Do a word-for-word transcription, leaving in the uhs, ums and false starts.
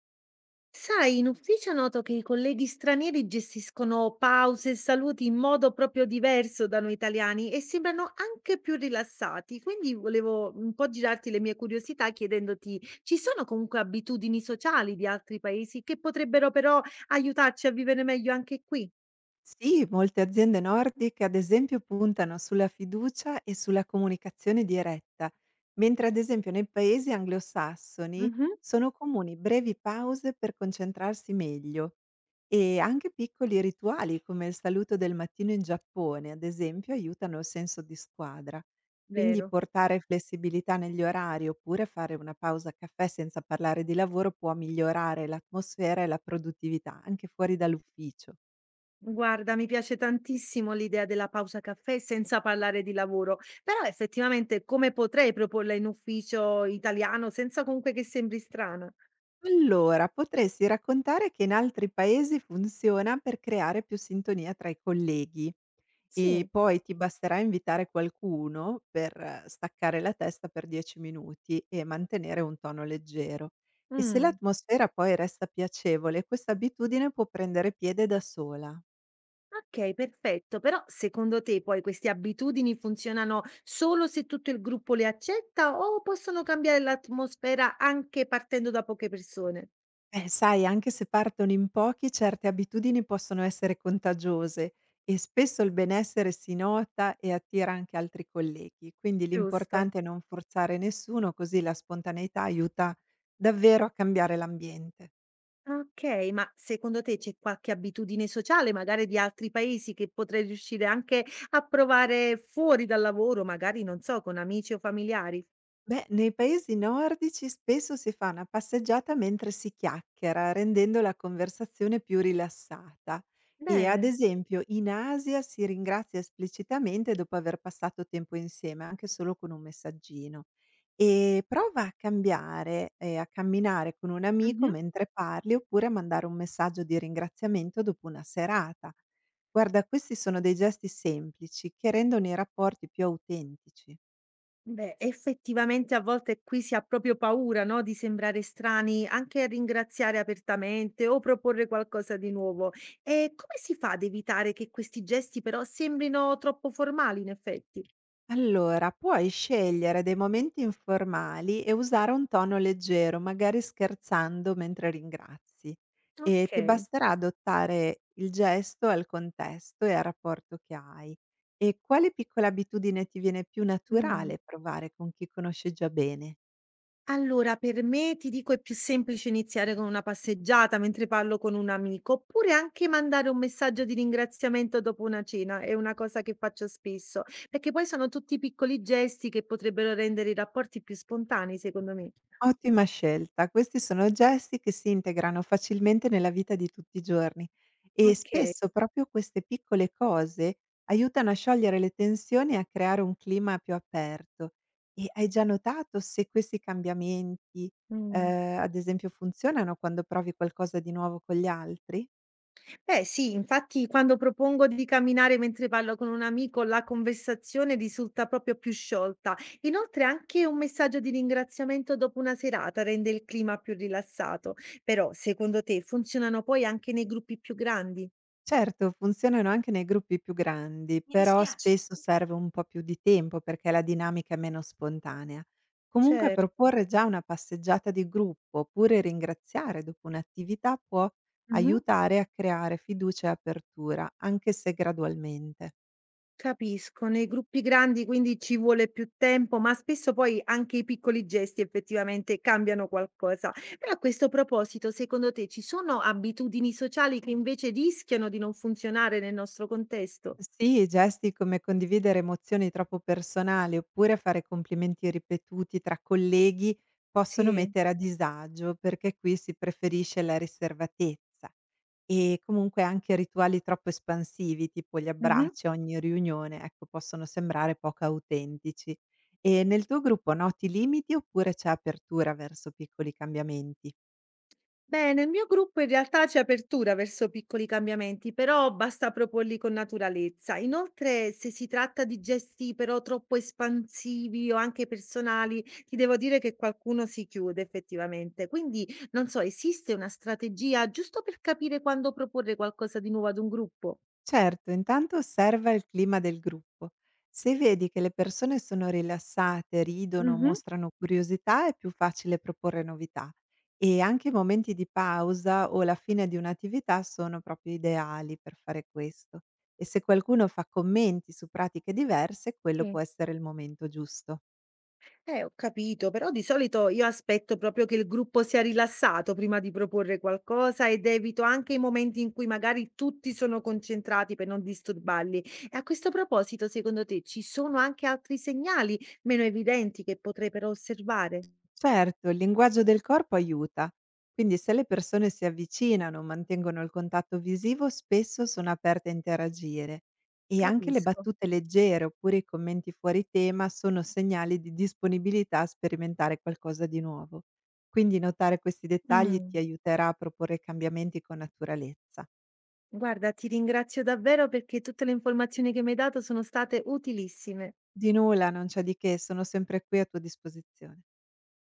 Sai, in ufficio noto che i colleghi stranieri gestiscono pause e saluti in modo proprio diverso da noi italiani e sembrano anche più rilassati. Quindi volevo un po' girarti le mie curiosità chiedendoti, ci sono comunque abitudini sociali di altri paesi che potrebbero però aiutarci a vivere meglio anche qui? Sì, molte aziende nordiche ad esempio puntano sulla fiducia e sulla comunicazione diretta, mentre ad esempio nei paesi anglosassoni Mhm. sono comuni brevi pause per concentrarsi meglio e anche piccoli rituali come il saluto del mattino in Giappone, ad esempio, aiutano il senso di squadra. Quindi Vero. portare flessibilità negli orari oppure fare una pausa a caffè senza parlare di lavoro può migliorare l'atmosfera e la produttività anche fuori dall'ufficio. Guarda, mi piace tantissimo l'idea della pausa caffè senza parlare di lavoro, però effettivamente come potrei proporla in ufficio italiano senza comunque che sembri strana? Allora, potresti raccontare che in altri paesi funziona per creare più sintonia tra i colleghi e Sì, poi ti basterà invitare qualcuno per eh, staccare la testa per dieci minuti e mantenere un tono leggero. E se mh. l'atmosfera poi resta piacevole, questa abitudine può prendere piede da sola. Okay, perfetto. Però secondo te poi queste abitudini funzionano solo se tutto il gruppo le accetta o possono cambiare l'atmosfera anche partendo da poche persone? Eh, sai, anche se partono in pochi, certe abitudini possono essere contagiose e spesso il benessere si nota e attira anche altri colleghi. Quindi Giusto. l'importante è non forzare nessuno, così la spontaneità aiuta davvero a cambiare l'ambiente. Okay, ma secondo te c'è qualche abitudine sociale, magari di altri paesi, che potrei riuscire anche a provare fuori dal lavoro, magari non so, con amici o familiari? Beh, nei paesi nordici spesso si fa una passeggiata mentre si chiacchiera, rendendo la conversazione più rilassata. E ad Bene. esempio in Asia si ringrazia esplicitamente dopo aver passato tempo insieme, anche solo con un messaggino. E prova a cambiare, ehm, a camminare con un amico Mh-mh. mentre parli, oppure a mandare un messaggio di ringraziamento dopo una serata. Guarda, questi sono dei gesti semplici che rendono i rapporti più autentici. Beh, effettivamente a volte qui si ha proprio paura, no, di sembrare strani, anche a ringraziare apertamente o proporre qualcosa di nuovo. E come si fa ad evitare che questi gesti però sembrino troppo formali, in effetti? Allora, puoi scegliere dei momenti informali e usare un tono leggero, magari scherzando mentre ringrazi. Ok. E ti basterà adottare il gesto al contesto e al rapporto che hai. E quale piccola abitudine ti viene più Mm. naturale provare con chi conosci già bene? Allora, per me ti dico è più semplice iniziare con una passeggiata mentre parlo con un amico, oppure anche mandare un messaggio di ringraziamento dopo una cena, è una cosa che faccio spesso, perché poi sono tutti piccoli gesti che potrebbero rendere i rapporti più spontanei, secondo me. Ottima scelta. Questi sono gesti che si integrano facilmente nella vita di tutti i giorni e Ok. spesso proprio queste piccole cose aiutano a sciogliere le tensioni e a creare un clima più aperto. E hai già notato se questi cambiamenti, Mm. ehm, ad esempio funzionano quando provi qualcosa di nuovo con gli altri? Eh sì, infatti quando propongo di camminare mentre parlo con un amico, la conversazione risulta proprio più sciolta. Inoltre anche un messaggio di ringraziamento dopo una serata rende il clima più rilassato. Però, secondo te, funzionano poi anche nei gruppi più grandi? Certo, funzionano anche nei gruppi più grandi, Mi però dispiace. spesso serve un po' più di tempo perché la dinamica è meno spontanea. Comunque Certo. proporre già una passeggiata di gruppo oppure ringraziare dopo un'attività può Mhm. aiutare a creare fiducia e apertura, anche se gradualmente. Capisco, nei gruppi grandi quindi ci vuole più tempo, ma spesso poi anche i piccoli gesti effettivamente cambiano qualcosa. Però a questo proposito, secondo te ci sono abitudini sociali che invece rischiano di non funzionare nel nostro contesto? Sì, gesti come condividere emozioni troppo personali oppure fare complimenti ripetuti tra colleghi possono Sì. mettere a disagio perché qui si preferisce la riservatezza e comunque anche rituali troppo espansivi, tipo gli abbracci a ogni riunione, ecco, possono sembrare poco autentici. E nel tuo gruppo noti limiti oppure c'è apertura verso piccoli cambiamenti? Beh, nel mio gruppo in realtà c'è apertura verso piccoli cambiamenti, però basta proporli con naturalezza. Inoltre, se si tratta di gesti però troppo espansivi o anche personali, ti devo dire che qualcuno si chiude effettivamente. Quindi, non so, esiste una strategia giusto per capire quando proporre qualcosa di nuovo ad un gruppo? Certo, intanto osserva il clima del gruppo. Se vedi che le persone sono rilassate, ridono, Mhm, mostrano curiosità, è più facile proporre novità. E anche i momenti di pausa o la fine di un'attività sono proprio ideali per fare questo. E se qualcuno fa commenti su pratiche diverse, quello sì. può essere il momento giusto. Eh, ho capito, però di solito io aspetto proprio che il gruppo sia rilassato prima di proporre qualcosa ed evito anche i momenti in cui magari tutti sono concentrati per non disturbarli. E a questo proposito, secondo te ci sono anche altri segnali meno evidenti che potrei però osservare? Certo, il linguaggio del corpo aiuta. Quindi se le persone si avvicinano, mantengono il contatto visivo, spesso sono aperte a interagire. E anche le Capisco. battute leggere oppure i commenti fuori tema sono segnali di disponibilità a sperimentare qualcosa di nuovo. Quindi notare questi dettagli ti Mm. aiuterà a proporre cambiamenti con naturalezza. Guarda, ti ringrazio davvero perché tutte le informazioni che mi hai dato sono state utilissime. Di nulla, non c'è di che, sono sempre qui a tua disposizione.